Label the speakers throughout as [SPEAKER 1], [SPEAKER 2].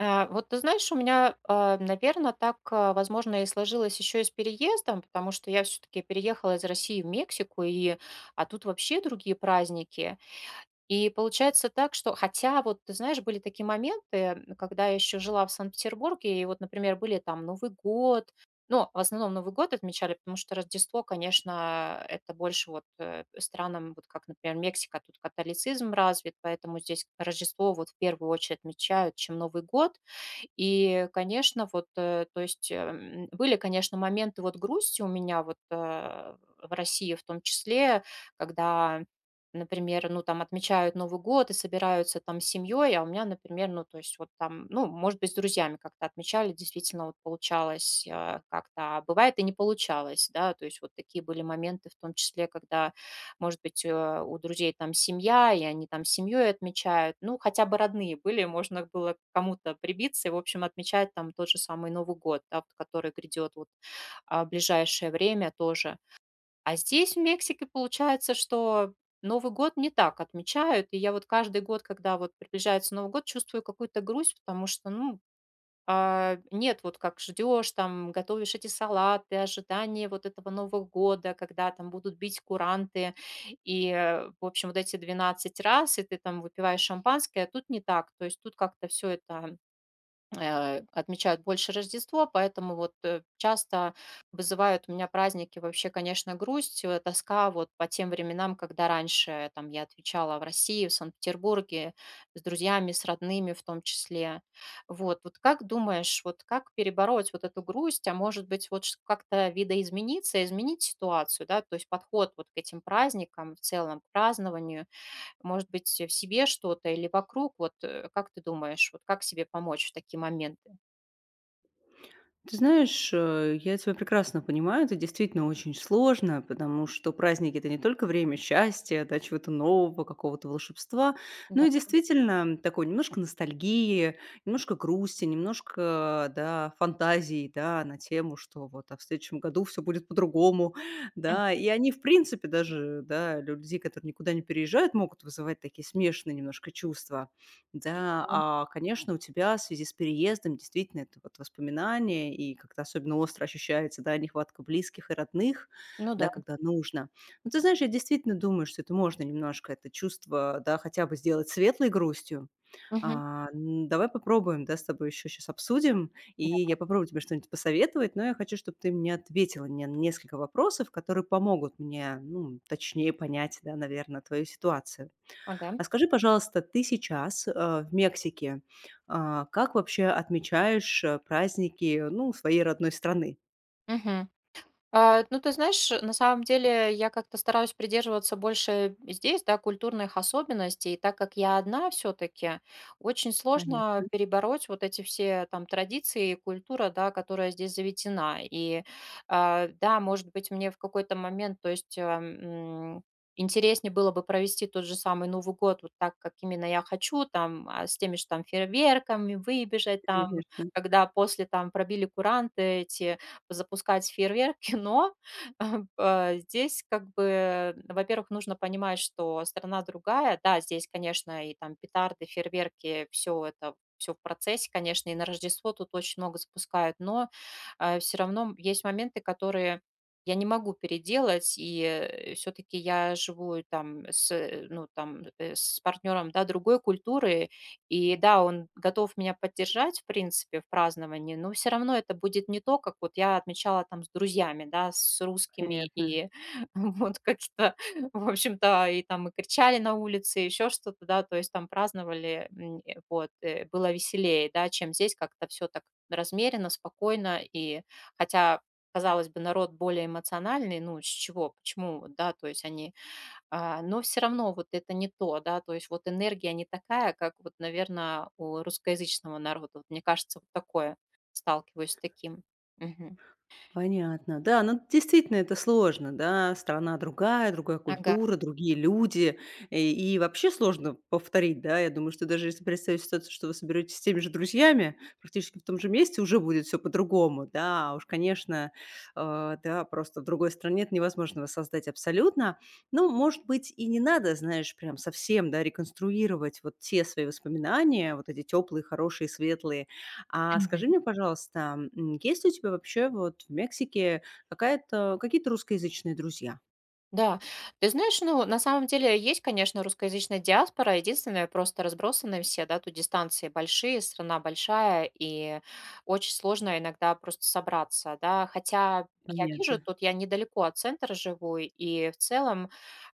[SPEAKER 1] Вот ты знаешь, у меня, наверное, так, возможно, и сложилось еще и с переездом, потому что я все таки переехала из России в Мексику, и тут вообще другие праздники. И получается так, что хотя вот, ты знаешь, были такие моменты, когда я еще жила в Санкт-Петербурге, и вот, например, были там Новый год. Ну, в основном Новый год отмечали, потому что Рождество, конечно, это больше вот, странам, вот как, например, Мексика, тут католицизм развит, поэтому здесь Рождество вот в первую очередь отмечают, чем Новый год. И, конечно, вот, были, конечно, моменты вот грусти у меня вот, в России в том числе, когда, например, ну, там отмечают Новый год и собираются там с семьей, а у меня, например, ну, то есть вот там, ну, может быть, с друзьями как-то отмечали, действительно вот получалось, как-то, а бывает и не получалось, да, то есть вот такие были моменты в том числе, когда может быть, у друзей там семья, и они там семьей отмечают. Ну, хотя бы родные были, можно было к кому-то прибиться и, в общем, отмечать там тот же самый Новый год, да, вот который грядет в ближайшее время тоже. А здесь, в Мексике, получается, что Новый год не так отмечают. И я вот каждый год, когда вот приближается Новый год, чувствую какую-то грусть, потому что, ну, нет, вот как ждешь, там готовишь эти салаты, ожидание вот этого Нового года, когда там будут бить куранты, и в общем, вот эти 12 раз, и ты там выпиваешь шампанское, а тут не так. То есть тут как-то все это отмечают больше Рождество, поэтому часто вызывают у меня праздники вообще, конечно, грусть, тоска вот по тем временам, когда раньше там я отвечала в России, в Санкт-Петербурге, с друзьями, с родными в том числе. Вот, как думаешь, вот как перебороть вот эту грусть, а может быть как-то видоизмениться, изменить ситуацию, да, то есть подход вот к этим праздникам в целом, к празднованию, может быть, в себе что-то или вокруг? Вот, как ты думаешь, вот как себе помочь в такие моменты?
[SPEAKER 2] Ты знаешь, я тебя прекрасно понимаю, это действительно очень сложно, потому что праздники – это не только время счастья, да, чего-то нового, какого-то волшебства, но
[SPEAKER 1] Да.
[SPEAKER 2] и действительно такой немножко ностальгии, немножко грусти, немножко, да, фантазии, да, на тему, что вот а в следующем году все будет по-другому,
[SPEAKER 1] Мгм.
[SPEAKER 2] да, и они, в принципе, даже, да, людей, которые никуда не переезжают, могут вызывать такие смешанные немножко чувства. Да,
[SPEAKER 1] Да.
[SPEAKER 2] а, конечно, у тебя в связи с переездом действительно это вот воспоминание, и как-то особенно остро ощущается, да, нехватка близких и родных,
[SPEAKER 1] Ну
[SPEAKER 2] да,
[SPEAKER 1] да.
[SPEAKER 2] когда нужно. Ну ты знаешь, я действительно думаю, что это можно немножко это чувство, да, хотя бы сделать светлой грустью.
[SPEAKER 1] Мгм.
[SPEAKER 2] Давай попробуем, да, с тобой еще сейчас обсудим, и
[SPEAKER 1] Да.
[SPEAKER 2] я попробую тебе что-нибудь посоветовать, но я хочу, чтобы ты мне ответила мне на несколько вопросов, которые помогут мне, ну, точнее понять, да, наверное, твою ситуацию.
[SPEAKER 1] Ага.
[SPEAKER 2] А скажи, пожалуйста, ты сейчас, в Мексике, а, как вообще отмечаешь, праздники, ну, своей родной страны?
[SPEAKER 1] Мгм. А, ну, ты знаешь, на самом деле я как-то стараюсь придерживаться больше здесь, да, культурных особенностей. И так как я одна все-таки, очень сложно
[SPEAKER 2] Понятно,
[SPEAKER 1] перебороть вот эти все там традиции и культура, да, которая здесь заведена. И а, да, может быть, мне в какой-то момент, то есть а, м, интереснее было бы провести тот же самый Новый год вот так, как именно я хочу, там, с теми же там фейерверками, выбежать там,
[SPEAKER 2] конечно,
[SPEAKER 1] когда после там пробили куранты эти, запускать фейерверки, но здесь как бы, во-первых, нужно понимать, что страна другая. Да, здесь, конечно, и там петарды, фейерверки, все это все в процессе, конечно, и на Рождество тут очень много запускают, но все равно есть моменты, которые я не могу переделать, и все-таки я живу там с ну, там, с партнером да, другой культуры, и да, он готов меня поддержать, в принципе, в праздновании, но все равно это будет не то, как вот я отмечала там с друзьями, да, с русскими,
[SPEAKER 2] понятно.
[SPEAKER 1] и вот как-то, в общем-то, и там и кричали на улице, еще что-то, да, то есть там праздновали, было веселее, да, чем здесь как-то все так размеренно, спокойно, и хотя, казалось бы, народ более эмоциональный, ну, с чего, почему, вот, да, то есть они но все равно вот это не то, да, то есть вот энергия не такая, как вот, наверное, у русскоязычного народа. Вот мне кажется, вот такое, сталкиваюсь с таким. Мгм.
[SPEAKER 2] Понятно. Да, ну действительно это сложно, да, страна другая, другая
[SPEAKER 1] Ага.
[SPEAKER 2] культура, другие люди, и вообще сложно повторить, да. Я думаю, что даже если представить ситуацию, что вы соберетесь с теми же друзьями, практически в том же месте, уже будет все по-другому, да. А уж, конечно, да, просто в другой стране это невозможно воссоздать абсолютно. Ну, может быть, и не надо, знаешь, прям совсем, да, реконструировать вот те свои воспоминания, вот эти теплые, хорошие, светлые, а скажи мне, пожалуйста, есть ли у тебя вообще вот в Мексике какая-то какие-то русскоязычные друзья?
[SPEAKER 1] Да, ты знаешь, ну, на самом деле есть, конечно, русскоязычная диаспора, единственное, просто разбросаны все, да, тут дистанции большие, страна большая, и очень сложно иногда просто собраться, да, хотя я вижу,
[SPEAKER 2] Понятно.
[SPEAKER 1] тут я недалеко от центра живу, и в целом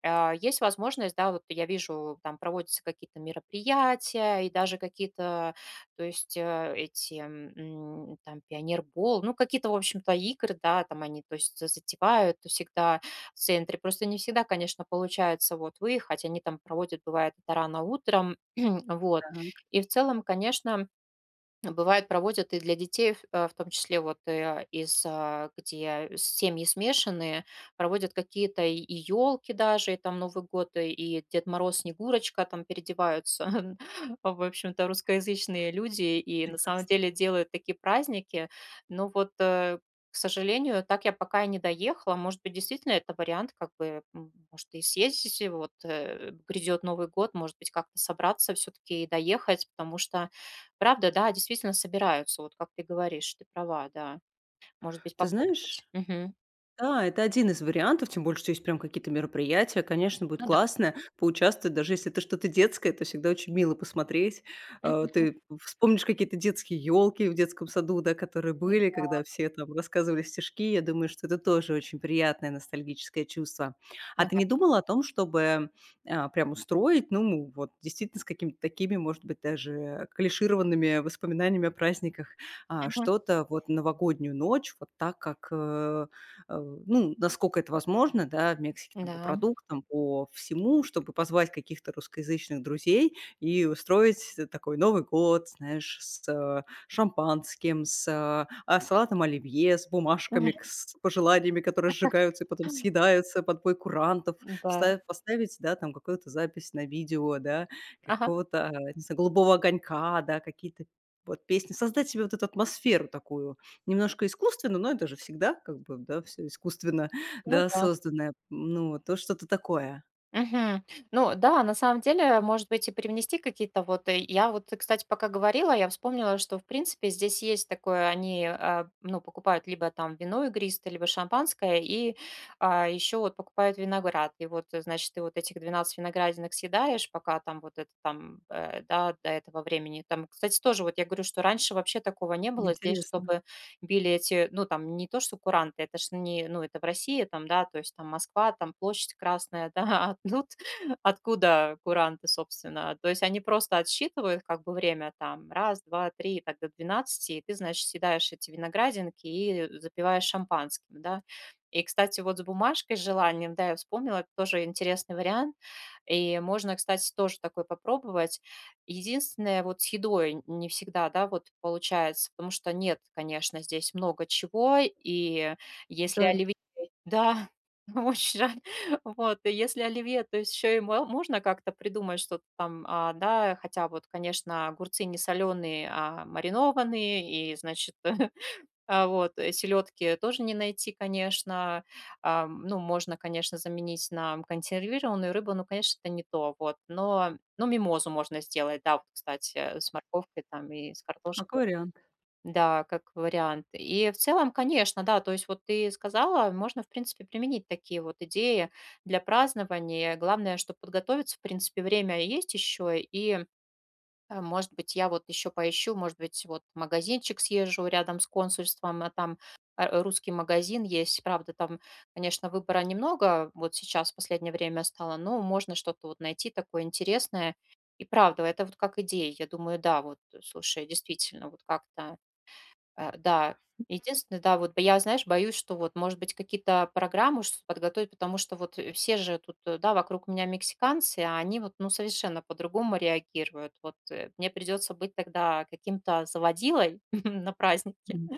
[SPEAKER 1] есть возможность, да, вот я вижу, там проводятся какие-то мероприятия, и даже какие-то, то есть э, эти, м, там, пионербол, ну, какие-то, в общем-то, игры, да, там они, то есть, затевают всегда, в центре. Просто не всегда, конечно, получается вот выехать. Они там проводят, бывает, это рано утром. Вот.
[SPEAKER 2] Так,
[SPEAKER 1] И в целом, конечно, бывает, проводят и для детей, в том числе вот, где семьи смешанные, проводят какие-то и елки, даже, и там Новый год, и Дед Мороз, Снегурочка, там переодеваются, в общем-то, русскоязычные люди и на самом
[SPEAKER 2] прекрасно.
[SPEAKER 1] деле делают такие праздники. Но вот, к сожалению, так я пока и не доехала. Может быть, действительно это вариант, как бы, может, и съездить, и вот, грядет Новый год, может быть, как-то собраться все таки и доехать, потому что правда, да, действительно собираются, вот как ты говоришь, ты права, да. Может быть,
[SPEAKER 2] Ты знаешь,
[SPEAKER 1] попробовать. Мгм.
[SPEAKER 2] да, это один из вариантов, тем более, что есть прям какие-то мероприятия. Конечно, будет
[SPEAKER 1] Ну да.
[SPEAKER 2] классно поучаствовать, даже если это что-то детское, то всегда очень мило посмотреть. Э,
[SPEAKER 1] Мгм.
[SPEAKER 2] ты вспомнишь какие-то детские елки в детском саду, да, которые были, когда все там рассказывали стишки. Я думаю, что это тоже очень приятное ностальгическое чувство. А ты
[SPEAKER 1] Ага.
[SPEAKER 2] не думала о том, чтобы, а, прям устроить, ну, вот действительно с какими-то такими, может быть, даже клишированными воспоминаниями о праздниках, а,
[SPEAKER 1] Мгм.
[SPEAKER 2] что-то вот новогоднюю ночь, вот так, как, э, ну, насколько это возможно, да, в Мексике, там, по
[SPEAKER 1] Да.
[SPEAKER 2] продуктам, по всему, чтобы позвать каких-то русскоязычных друзей и устроить такой Новый год, знаешь, с шампанским, с салатом оливье, с бумажками,
[SPEAKER 1] Мгм.
[SPEAKER 2] с пожеланиями, которые сжигаются и потом съедаются под бой курантов,
[SPEAKER 1] Да.
[SPEAKER 2] поставить, да, там, какую-то запись на видео, да,
[SPEAKER 1] Ага.
[SPEAKER 2] какого-то, не знаю, голубого огонька, да, какие-то вот песни, создать себе вот эту атмосферу такую, немножко искусственно, но это же всегда как бы, да, все искусственно,
[SPEAKER 1] Ну
[SPEAKER 2] да,
[SPEAKER 1] да.
[SPEAKER 2] созданное. Ну, вот что-то такое.
[SPEAKER 1] Мгм. Ну да, на самом деле, может быть, и привнести какие-то вот... Я вот, кстати, пока говорила, я вспомнила, что, в принципе, здесь есть такое, они, ну, покупают либо там вино игристое, либо шампанское, и еще вот покупают виноград. И вот, значит, ты вот этих 12 виноградинок съедаешь, пока там вот это там, да, до этого времени. Там, кстати, тоже вот я говорю, что раньше вообще такого не было здесь,
[SPEAKER 2] Интересно.
[SPEAKER 1] чтобы били эти, ну, там, не то, что куранты, это ж не, ну, это в России, там, да, то есть там Москва, там площадь Красная, да, а тут откуда куранты, собственно. То есть они просто отсчитывают как бы время там раз, два, три, и так до 12, и ты, значит, съедаешь эти виноградинки и запиваешь шампанским, да. И, кстати, вот с бумажкой, с желанием, да, я вспомнила, это тоже интересный вариант. И можно, кстати, тоже такой попробовать. Единственное, вот с едой не всегда, да, вот получается, потому что нет, конечно, здесь много чего, и если
[SPEAKER 2] Жаль.
[SPEAKER 1] оливье да, очень жаль. Вот, и если оливье, то есть еще и мо можно как-то придумать что-то там, да, хотя вот, конечно, огурцы не соленые, а маринованные, и, значит селедки тоже не найти, конечно. Ну, можно, конечно, заменить на консервированную рыбу, но, конечно, это не то, вот. Но, ну, мимозу можно сделать, да, вот, кстати, с морковкой там и с
[SPEAKER 2] Как
[SPEAKER 1] картошкой.
[SPEAKER 2] вариант.
[SPEAKER 1] Да, как вариант. И в целом, конечно, да, то есть вот ты сказала, можно, в принципе, применить такие вот идеи для празднования. Главное, что подготовиться, в принципе, время есть еще, и может быть, я вот еще поищу, может быть, вот в магазинчик съезжу рядом с консульством, а там русский магазин есть. Правда, там, конечно, выбора немного, вот сейчас в последнее время стало, но можно что-то вот найти такое интересное. И правда, это вот как идея. Я думаю, да, вот, слушай, действительно, вот как-то. Да. Единственное, да, вот я, знаешь, боюсь, что вот, может быть, какие-то программы уж подготовить, потому что вот, все же тут, да, вокруг меня мексиканцы, а они вот, ну, совершенно по-другому реагируют. Вот, мне придется быть тогда каким-то заводилой на празднике.
[SPEAKER 2] Мгм.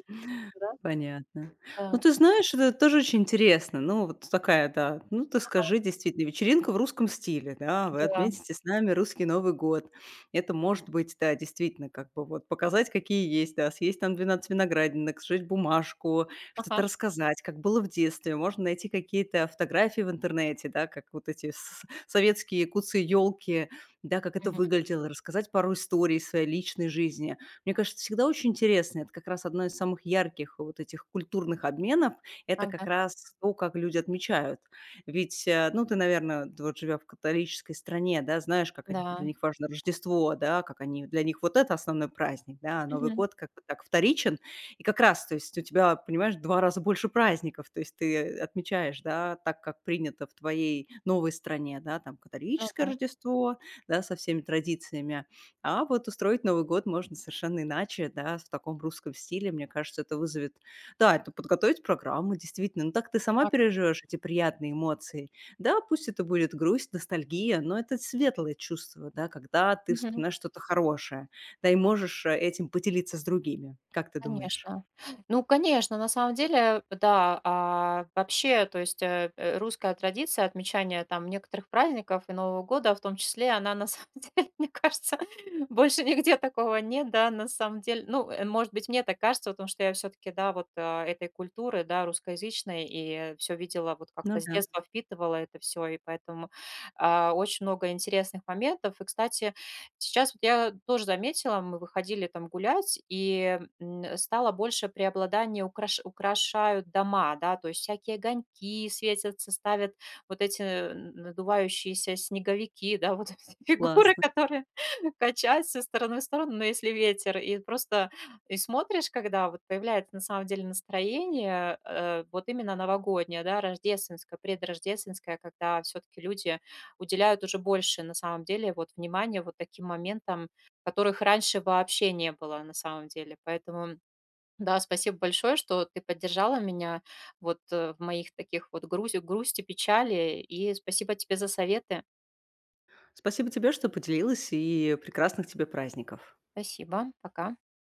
[SPEAKER 1] Да,
[SPEAKER 2] Понятно. Ну,
[SPEAKER 1] да,
[SPEAKER 2] ты знаешь, это тоже очень интересно. Ну, вот такая, да. Ну, ты скажи, действительно, вечеринка в русском стиле, да, вы
[SPEAKER 1] да.
[SPEAKER 2] отметите с нами русский Новый год. Это может быть, да, действительно, как бы вот показать, какие есть, да, съесть там 12 виноградинок, сжечь бумажку, что-то
[SPEAKER 1] Ага.
[SPEAKER 2] рассказать, как было в детстве. Можно найти какие-то фотографии в интернете, да, как вот эти советские куцы елки, да, как это
[SPEAKER 1] Мгм.
[SPEAKER 2] выглядело, рассказать пару историй из своей личной жизни. Мне кажется, всегда очень интересно. Это как раз одно из самых ярких вот этих культурных обменов. Это
[SPEAKER 1] Ага.
[SPEAKER 2] как раз то, как люди отмечают. Ведь, ну, ты, наверное, д вот живя в католической стране, да, знаешь, как они для
[SPEAKER 1] Да.
[SPEAKER 2] них важно Рождество, да, как они для них вот это основной праздник, да, а Новый
[SPEAKER 1] Мгм.
[SPEAKER 2] год как бы так вторичен. И как раз, то есть у тебя, понимаешь, 2 раза больше праздников. То есть ты отмечаешь, да, так, как принято в твоей новой стране, да, там
[SPEAKER 1] Ну
[SPEAKER 2] католическое
[SPEAKER 1] да.
[SPEAKER 2] Рождество, да, со всеми традициями. А вот устроить Новый год можно совершенно иначе, да, в таком русском стиле. Мне кажется, это вызовет да, это подготовить программу, действительно. Ну, так ты сама
[SPEAKER 1] Ага.
[SPEAKER 2] переживешь эти приятные эмоции. Да, пусть это будет грусть, ностальгия, но это светлое чувство, да, когда ты
[SPEAKER 1] Мгм.
[SPEAKER 2] вспоминаешь что-то хорошее, да, и можешь этим поделиться с другими. Как ты думаешь?
[SPEAKER 1] Конечно. Ну, конечно, на самом деле, да, а, вообще, то есть э, э, русская традиция отмечания там некоторых праздников и Нового года, в том числе, она на самом деле, мне кажется, больше нигде такого нет, да, на самом деле. Ну, может быть, мне так кажется, потому что я все-таки, да, этой культуры, да, русскоязычной, и все видела, вот
[SPEAKER 2] Ну
[SPEAKER 1] как-то с
[SPEAKER 2] да,
[SPEAKER 1] детства впитывала это все, и поэтому очень много интересных моментов. И, кстати, сейчас вот я тоже заметила, мы выходили там гулять, и стало больше преобладание украшают дома, да, то есть всякие огоньки светятся, ставят вот эти надувающиеся снеговики, да, вот эти фигуры,
[SPEAKER 2] классно.
[SPEAKER 1] которые качаются со стороны в сторону, но если ветер, и просто и смотришь, когда вот появляется на самом деле настроение, вот именно новогоднее, да, рождественское, предрождественское, когда все-таки люди уделяют уже больше, на самом деле, вот внимания вот таким моментам, которых раньше вообще не было, на самом деле. Поэтому да, спасибо большое, что ты поддержала меня в моих таких вот грусти, печали. И спасибо тебе за советы.
[SPEAKER 2] Спасибо тебе, что поделилась, и прекрасных тебе праздников.
[SPEAKER 1] Спасибо. Пока.